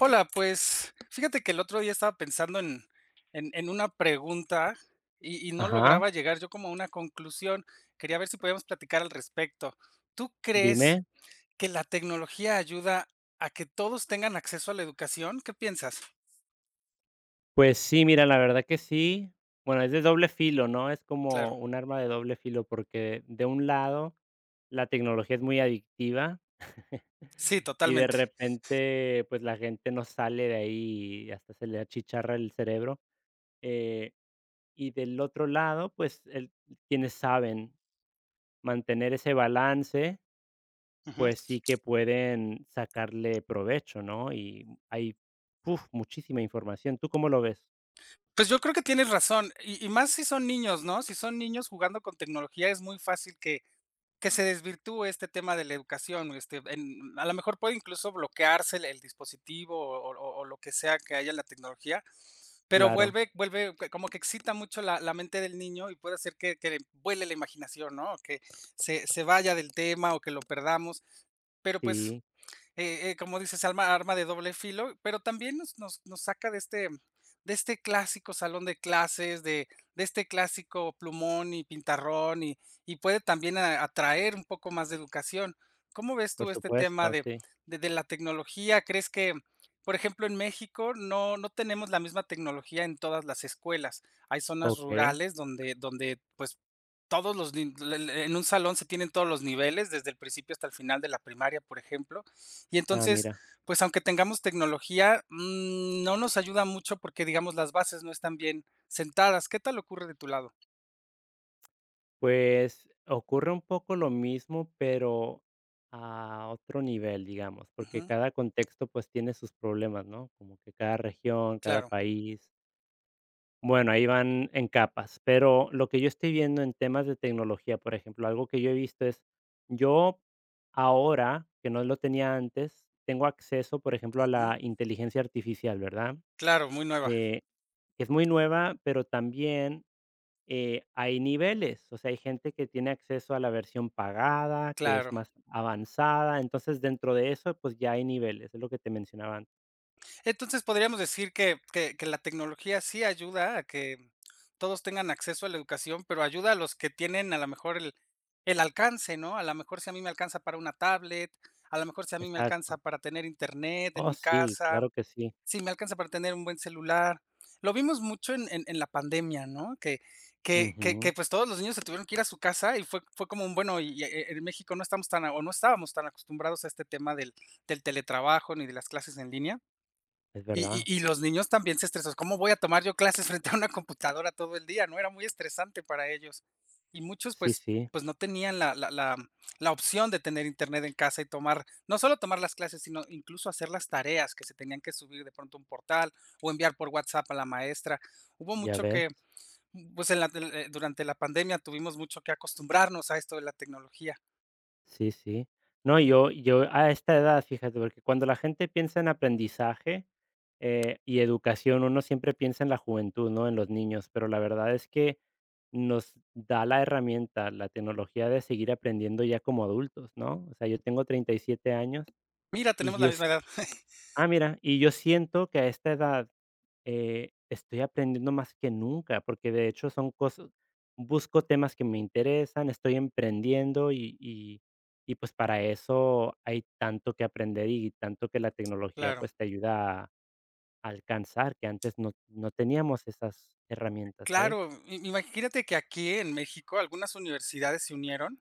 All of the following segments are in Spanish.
Hola, pues fíjate que el otro día estaba pensando en una pregunta y no Ajá, lograba llegar yo como a una conclusión. Quería ver si podíamos platicar al respecto. ¿Tú crees dime. que la tecnología ayuda a que todos tengan acceso a la educación? ¿Qué piensas? Pues sí, mira, la verdad que sí. Bueno, es de doble filo, ¿no? Es Claro. como un arma de doble filo, porque de un lado, la tecnología es muy adictiva Sí, y de totalmente. repente, pues la gente no sale de ahí y hasta se le achicharra el cerebro. Eh, y del otro lado, quienes saben mantener ese balance, Ujú. pues sí que pueden sacarle provecho, ¿no? Y hay uf, muchísima información. ¿Tú cómo lo ves? Pues yo creo que tienes razón, y más si son niños, ¿no? Si son niños jugando con tecnología es muy fácil que se desvirtúe este tema de la educación, este, en a lo mejor puede incluso bloquearse el dispositivo o lo que sea que haya en la tecnología, pero Claro, vuelve como que excita mucho la mente del niño y puede hacer que vuele la imaginación, ¿no? Que se vaya del tema o que lo perdamos, pero, pues, sí, como dices, alma arma de doble filo, pero también nos saca de este clásico salón de clases, de este clásico plumón y pintarrón, y puede también a atraer un poco más de educación. ¿Cómo ves por tú este tema supuesto, de sí. de la tecnología? ¿Crees que, por ejemplo, en México no tenemos la misma tecnología en todas las escuelas? Hay zonas Okey. rurales donde, pues, todos los nin l l en un salón se tienen todos los niveles, desde el principio hasta el final de la primaria, por ejemplo. Y Ah, entonces, mira, pues aunque tengamos tecnología, no nos ayuda mucho porque, digamos, las bases no están bien sentadas. ¿Qué tal ocurre de tu lado? pues ocurre un poco lo mismo, pero a otro nivel, digamos, porque Ujú, cada contexto, pues, tiene sus problemas, ¿no? Como que cada región, cada claro, país. Bueno, ahí van en capas, pero lo que yo estoy viendo en temas de tecnología, por ejemplo, algo que yo he visto es, yo ahora, que no lo tenía antes, tengo acceso, por ejemplo, a ujú, la inteligencia artificial, ¿verdad? claro, muy nueva, Eh, es muy nueva, pero también, hay niveles, o sea, hay gente que tiene acceso a la versión pagada, que es claro. más avanzada, entonces dentro de eso, pues, ya hay niveles, es lo que te mencionaba antes. Entonces, podríamos decir que que la tecnología sí ayuda a que todos tengan acceso a la educación, pero ayuda a los que tienen a lo mejor el alcance, ¿no? A lo mejor si a mí me alcanza para una tablet, a lo mejor si a mí me alcanza Exacto. para tener Internet en Oh, mi sí, casa. claro que sí. Sí, me alcanza para tener un buen celular. Lo vimos mucho en la pandemia, ¿no? Ujú, Pues, todos los niños se tuvieron que ir a su casa y fue como un bueno, y, en México no estamos tan a- o no estábamos tan acostumbrados a este tema del teletrabajo ni de las clases en línea. es Y verdad. y y los niños también se estresan, ¿cómo voy a tomar yo clases frente a una computadora todo el día?, ¿no?, era muy estresante para ellos. Y muchos, Sí, pues sí, pues, no tenían la opción de tener Internet en casa y tomar no solo tomar las clases, sino incluso hacer las tareas que se tenían que subir de pronto a un portal, o enviar por WhatsApp a la maestra. Hubo ya mucho ves. que, pues, en la durante la pandemia tuvimos mucho que acostumbrarnos a esto de la tecnología. Sí, sí. No, yo a esta edad, fíjate, porque cuando la gente piensa en aprendizaje, y educación, uno siempre piensa en la juventud, ¿no? En los niños, pero la verdad es que nos da la herramienta, la tecnología de seguir aprendiendo ya como adultos, ¿no? O sea, yo tengo 37 años Mira, y tenemos la yo s misma edad. ah, mira, y yo siento que a esta edad estoy aprendiendo más que nunca, porque de hecho son cosas busco temas que me interesan, estoy emprendiendo y, pues, para eso hay tanto que aprender y tanto que la tecnología, Claro, pues, te ayuda a alcanzar, que antes no teníamos esas herramientas, ¿sabes? claro, i imagínate que aquí en México algunas universidades se unieron.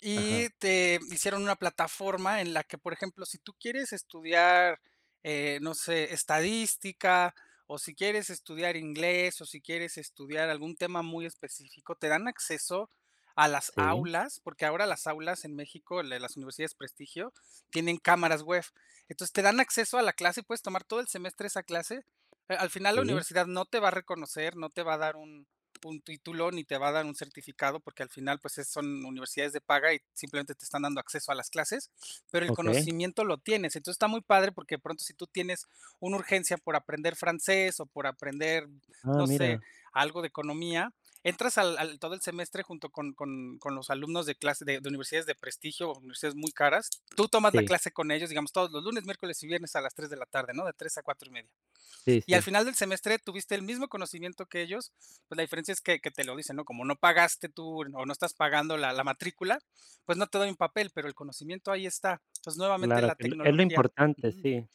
Y Ajá. te hicieron una plataforma en la que, por ejemplo, si tú quieres estudiar, no sé, estadística, o si quieres estudiar inglés, o si quieres estudiar algún tema muy específico, te dan acceso a las Sí, aulas, porque ahora las aulas en México, la- las universidades prestigio, tienen cámaras web. Entonces te dan acceso a la clase y puedes tomar todo el semestre esa clase. Al final la sí, universidad no te va a reconocer, no te va a dar un título ni te va a dar un certificado, porque al final, pues, es son universidades de paga y simplemente te están dando acceso a las clases, pero el okey. conocimiento lo tienes. Entonces, está muy padre porque de pronto si tú tienes una urgencia por aprender francés o por aprender, Ah, no sé, mira. algo de economía, entras al todo el semestre junto con los alumnos de clase de universidades de prestigio o universidades muy caras. Tú tomas la Sí, clase con ellos, digamos, todos los lunes, miércoles y viernes a las 3 de la tarde, ¿no? De 3 a 4:30. sí, Y al sí, final del semestre tuviste el mismo conocimiento que ellos, pues, la diferencia es que te lo dicen, ¿no? Como no pagaste tú, o no estás pagando la matrícula, pues, no te doy un papel, pero el conocimiento ahí está. Entonces, nuevamente claro la que lo tecnología importante, ujú. sí.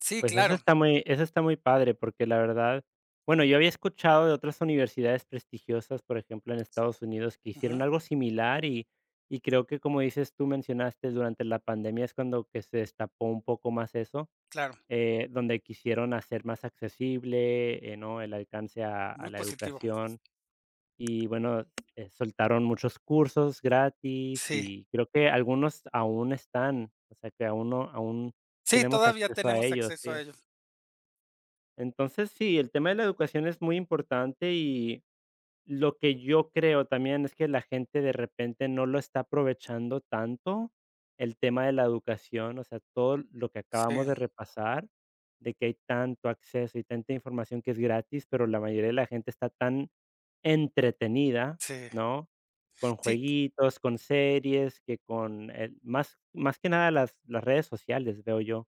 Sí, Pues claro. Eso está muy padre, porque la verdad, bueno, yo había escuchado de otras universidades prestigiosas, por ejemplo, en Estados Unidos, que hicieron Ujú, algo similar y creo que, como dices tú, mencionaste durante la pandemia es cuando que se destapó un poco más eso, claro. Donde quisieron hacer más accesible, ¿no?, el alcance a Muy la positivo. educación y, bueno, soltaron muchos cursos gratis Sí. y creo que algunos aún están, o sea, que aún no aún Sí, tenemos todavía acceso a tenemos ellos, acceso a sí. ello. Entonces, sí, el tema de la educación es muy importante y lo que yo creo también es que la gente de repente no lo está aprovechando tanto el tema de la educación, o sea, todo lo que Sí, acabamos de repasar, de que hay tanto acceso y tanta información que es gratis, pero la mayoría de la gente está tan entretenida, sí. ¿no? Con Sí, jueguitos, con series, más, más que nada las redes sociales, veo yo.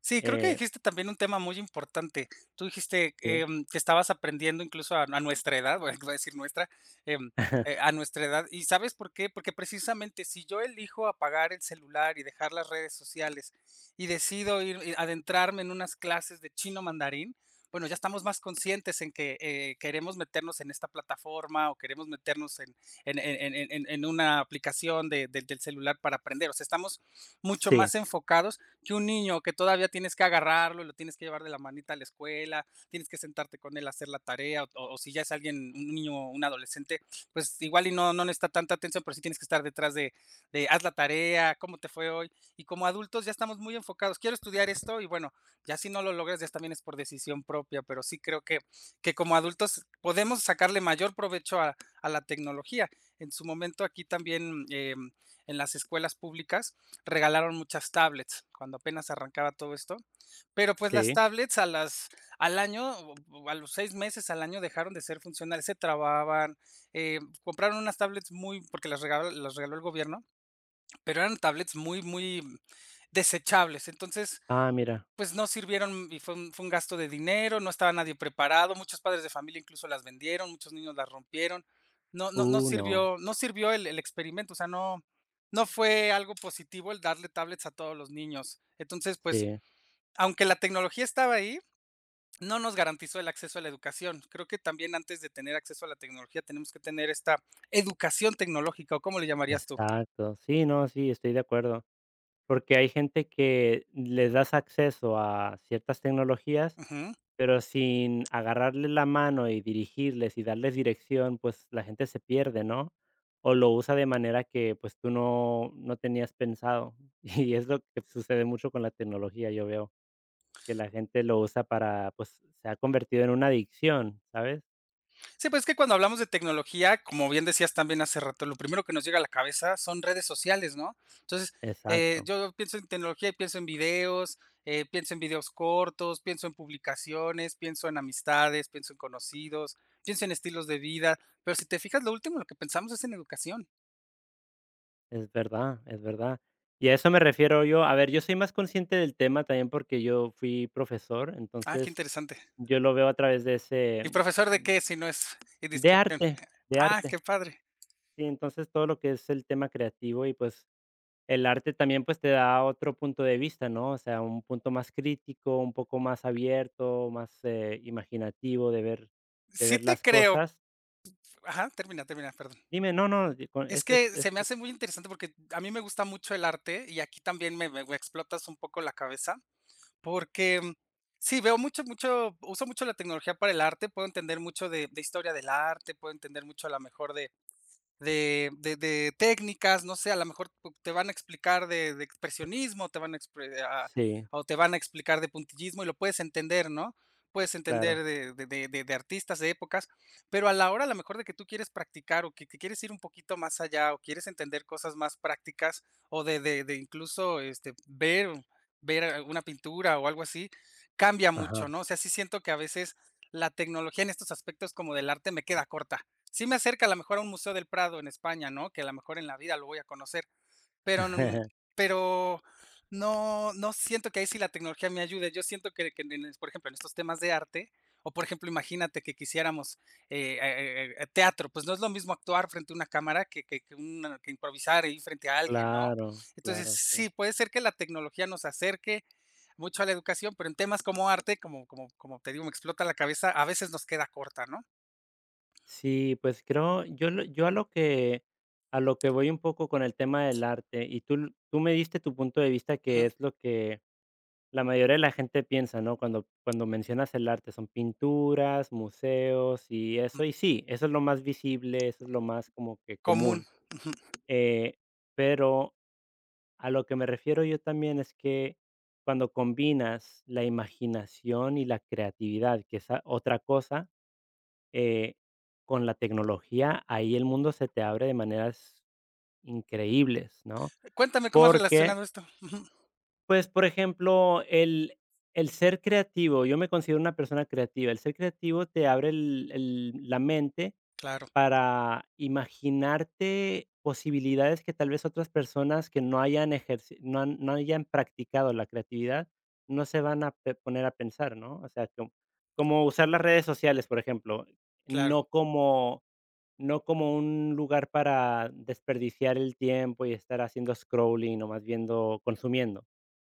sí, creo que Eh, dijiste también un tema muy importante. Tú dijiste, sí. Que estabas aprendiendo incluso a nuestra edad, bueno, iba a decir nuestra, em, a nuestra edad, ¿y sabes por qué? Porque precisamente si yo elijo apagar el celular y dejar las redes sociales y decido ir y adentrarme en unas clases de chino mandarín, bueno, ya estamos más conscientes en que, queremos meternos en esta plataforma o queremos meternos en una aplicación de del del celular para aprender. O sea, estamos mucho Sí, más enfocados que un niño que todavía tienes que agarrarlo, y lo tienes que llevar de la manita a la escuela, tienes que sentarte con él a hacer la tarea, o, o si ya es alguien, un niño, un adolescente, pues igual y no, no necesita tanta atención, pero sí tienes que estar detrás de haz la tarea, cómo te fue hoy. Y como adultos ya estamos muy enfocados, quiero estudiar esto y bueno, ya si no lo logras, ya también es por decisión propia, pero sí creo que como adultos podemos sacarle mayor provecho a la tecnología. En su momento aquí también en las escuelas públicas regalaron muchas tablets cuando apenas arrancaba todo esto, pero pues las sí. tablets a las al año, o a los 6 meses, al año dejaron de ser funcionales, se trababan, compraron unas tablets muy porque las regaló el gobierno, pero eran tablets muy, muy desechables. Entonces, Ah, mira. pues no sirvieron y fue un gasto de dinero, no estaba nadie preparado, muchos padres de familia incluso las vendieron, muchos niños las rompieron. No no no No. sirvió no sirvió el experimento, o sea, no fue algo positivo el darle tablets a todos los niños. Entonces, pues, Sí, aunque la tecnología estaba ahí, no nos garantizó el acceso a la educación. Creo que también antes de tener acceso a la tecnología tenemos que tener esta educación tecnológica, ¿o cómo le llamarías tú? exacto. Sí, no, sí, estoy de acuerdo. Porque hay gente que les das acceso a ciertas tecnologías, Ujú. pero sin agarrarle la mano y dirigirles y darles dirección, pues la gente se pierde, ¿no? O lo usa de manera que pues tú no, no tenías pensado. Y es lo que sucede mucho con la tecnología, yo veo, que la gente lo usa para, pues se ha convertido en una adicción, ¿sabes? Sí, pues es que cuando hablamos de tecnología, como bien decías también hace rato, lo primero que nos llega a la cabeza son redes sociales, ¿no? Entonces, Exacto. yo pienso en tecnología y pienso en videos cortos, pienso en publicaciones, pienso en amistades, pienso en conocidos, pienso en estilos de vida, pero si te fijas, lo último, lo que pensamos es en educación. Es verdad, es verdad. Y a eso me refiero yo. A ver, yo soy más consciente del tema también porque yo fui profesor, Ah, qué entonces interesante. yo lo veo a través de ese, ¿Y profesor de qué si no es de indiscreción? arte, de Ah, arte. qué padre. Sí, entonces todo lo que es el tema creativo y pues el arte también pues te da otro punto de vista, ¿no? O sea, un punto más crítico, un poco más abierto, más imaginativo de Sí ver te las creo. cosas. Ajá, termina, termina, perdón. Dime, no, no, di- con- Es que se es- me hace muy interesante porque a mí me gusta mucho el arte y aquí también me explotas un poco la cabeza porque sí, veo mucho, mucho, uso mucho la tecnología para el arte, puedo entender mucho de historia del arte, puedo entender mucho a lo mejor de técnicas, no sé, a lo mejor pu- te van a explicar de expresionismo, te van a, sí, o te van a explicar de puntillismo y lo puedes entender, ¿no? Puedes claro. entender de artistas, de épocas, pero a la hora a lo mejor de que tú quieres practicar o que quieres ir un poquito más allá o quieres entender cosas más prácticas o de incluso este, ver, ver una pintura o algo así, cambia mucho, Ajá. ¿no? O sea, sí siento que a veces la tecnología en estos aspectos como del arte me queda corta. Sí me acerca a lo mejor a un museo del Prado en España, ¿no? Que a lo mejor en la vida lo voy a conocer, pero n pero no siento que ahí sí la tecnología me ayude. Yo siento que en por ejemplo, en estos temas de arte, o por ejemplo, imagínate que quisiéramos, teatro, pues no es lo mismo actuar frente a una cámara que una que improvisar ahí frente a alguien, ¿no? Claro, Entonces, claro, sí. sí, puede ser que la tecnología nos acerque mucho a la educación, pero en temas como arte, como te digo, me explota la cabeza, a veces nos queda corta, ¿no? Sí, pues creo, yo a lo que voy un poco con el tema del arte, tú me diste tu punto de vista, que Ujú. es lo que la mayoría de la gente piensa, ¿no? Cuando mencionas el arte, son pinturas, museos y eso, y sí, eso es lo más visible, eso es lo más como que Común. común. Eh, pero a lo que me refiero yo también es que cuando combinas la imaginación y la creatividad, que es a otra cosa eh, con la tecnología, ahí el mundo se te abre de maneras increíbles, ¿no? Cuéntame, ¿cómo has Porque, relacionado esto? Ujú. pues, por ejemplo, el ser creativo, yo me considero una persona creativa, el ser creativo te abre el la mente Claro, para imaginarte posibilidades que tal vez otras personas que no hayan ejerci no hayan practicado la creatividad, no se van a pe poner a pensar, ¿no? O sea, como usar las redes sociales, por ejemplo, claro. no como no como un lugar para desperdiciar el tiempo y estar haciendo scrolling o más viendo consumiendo,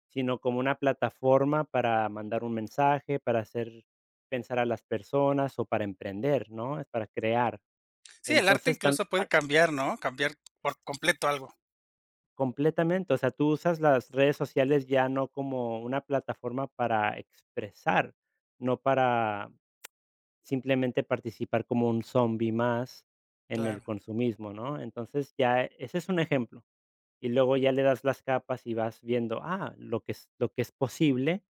sino como una plataforma para mandar un mensaje, para hacer pensar a las personas o para emprender, ¿no? Es para crear. Sí, el arte Entonces, incluso puede cambiar, ¿no? Cambiar por completo algo. completamente, o sea, tú usas las redes sociales ya no como una plataforma para expresar, no para simplemente participar como un zombi más en el Claro, consumismo, ¿no? Entonces, ya ese es un ejemplo. Y luego ya le das las capas y vas viendo, ah, lo que es posible.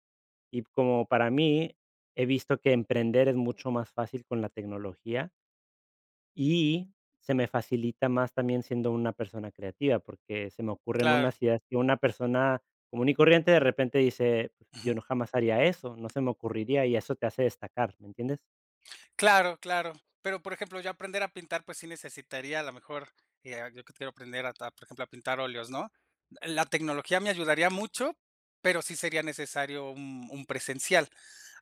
Y como para mí, he visto que emprender es mucho más fácil con la tecnología. Y se me facilita más también siendo una persona creativa, porque se me ocurren claro. unas ideas que una persona común y corriente de repente dice: "Pues, "Yo Ujú. no jamás haría eso, no se me ocurriría", y eso te hace destacar, ¿me entiendes? Claro, claro. Pero, por ejemplo, yo aprender a pintar, pues sí necesitaría a lo mejor, yo que quiero aprender a, por ejemplo, a pintar óleos, ¿no? La tecnología me ayudaría mucho, pero sí sería necesario un presencial.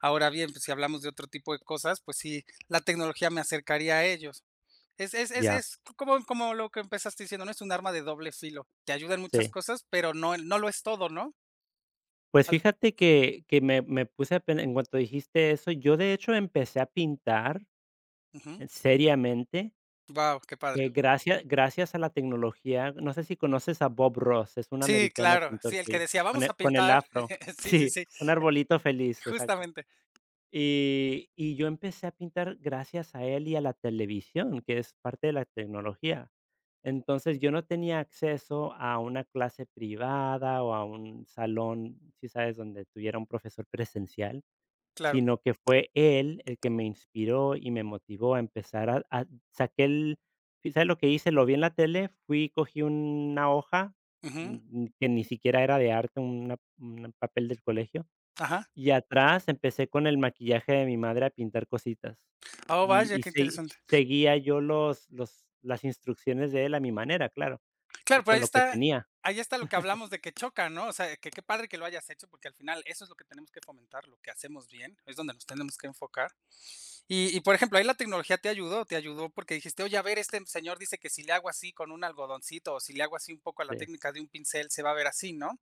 Ahora bien, pues, si hablamos de otro tipo de cosas, pues sí, la tecnología me acercaría a ellos. Es es es Ya, es como lo que empezaste diciendo, ¿no? Es un arma de doble filo. Te ayuda en muchas sí. cosas, pero no lo es todo, ¿no? Pues Wow, fíjate que me puse a pen en cuanto dijiste eso, yo de hecho empecé a pintar seriamente, qué padre. Gracias a la tecnología. No sé si conoces a Bob Ross, es un Sí, americano claro. Sí, pintor el que que decía: con "Vamos a el pintar". afro. Sí, sí, Sí, sí, un arbolito feliz, exacto. justamente. Yo empecé a pintar gracias a él y a la televisión, que es parte de la tecnología. Entonces, yo no tenía acceso a una clase privada o a un salón, si sabes, donde tuviera un profesor presencial, Claro. sino que fue él el que me inspiró y me motivó a empezar a saqué el ¿sabes lo que hice? Lo vi en la tele, fui, cogí una hoja, Ujú. mm, que ni siquiera era de arte, una un papel del colegio Ajá. y atrás empecé con el maquillaje de mi madre a pintar cositas. Oh, vaya, qué Se interesante. seguía yo los las instrucciones de él a mi manera, claro, y Claro, pero ahí con lo que está tenía. Lo que hablamos de que choca, ¿no? O sea, que qué padre que lo hayas hecho, porque al final eso es lo que tenemos que fomentar, lo que hacemos bien, es donde nos tenemos que enfocar. Y, por ejemplo, ahí la tecnología te ayudó porque dijiste: "Oye, a ver, este señor dice que si le hago así con un algodoncito, o si le hago así un poco a la Sí, técnica de un pincel, se va a ver así", ¿no?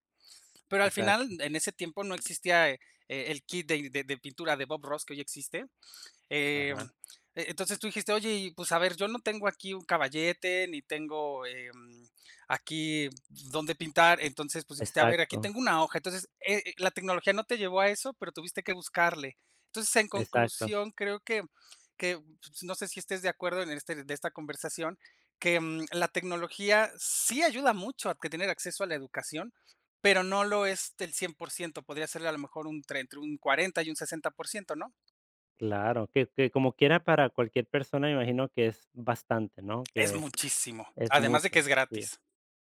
Pero al final, exacto, en ese tiempo no existía, el kit de pintura de Bob Ross que hoy existe. Eh, ajá, entonces tú dijiste: "Oye, y pues, a ver, yo no tengo aquí un caballete, ni tengo, aquí dónde pintar". Entonces, pues, dijiste: "A ver, aquí exacto, tengo una hoja". Entonces, la tecnología no te llevó a eso, pero tuviste que buscarle. Entonces, en exacto. conclusión, creo que, pues, no sé si estés de acuerdo en este de esta conversación, que, la tecnología sí ayuda mucho a que tener acceso a la educación, pero no lo es del 100%, podría ser a lo mejor un tre entre un 40 y un 60%, ¿no? Claro, que como quiera para cualquier persona me imagino que es bastante, ¿no? Es Que muchísimo, es además de que es mucho. Sí, gratis.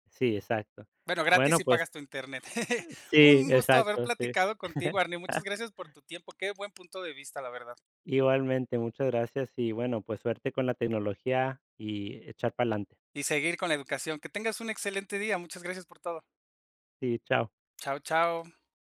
sí, exacto. Bueno, gratis Bueno, si pues pagas tu internet. sí, Un gusto haber exacto, sí. platicado contigo, Arne. Muchas gracias por tu tiempo. Qué buen punto de vista, la verdad. Igualmente, muchas gracias y bueno, pues suerte con la tecnología y echar para adelante. Y seguir con la educación. Que tengas un excelente día. Muchas gracias por todo. Sí, chao. Chao, chao.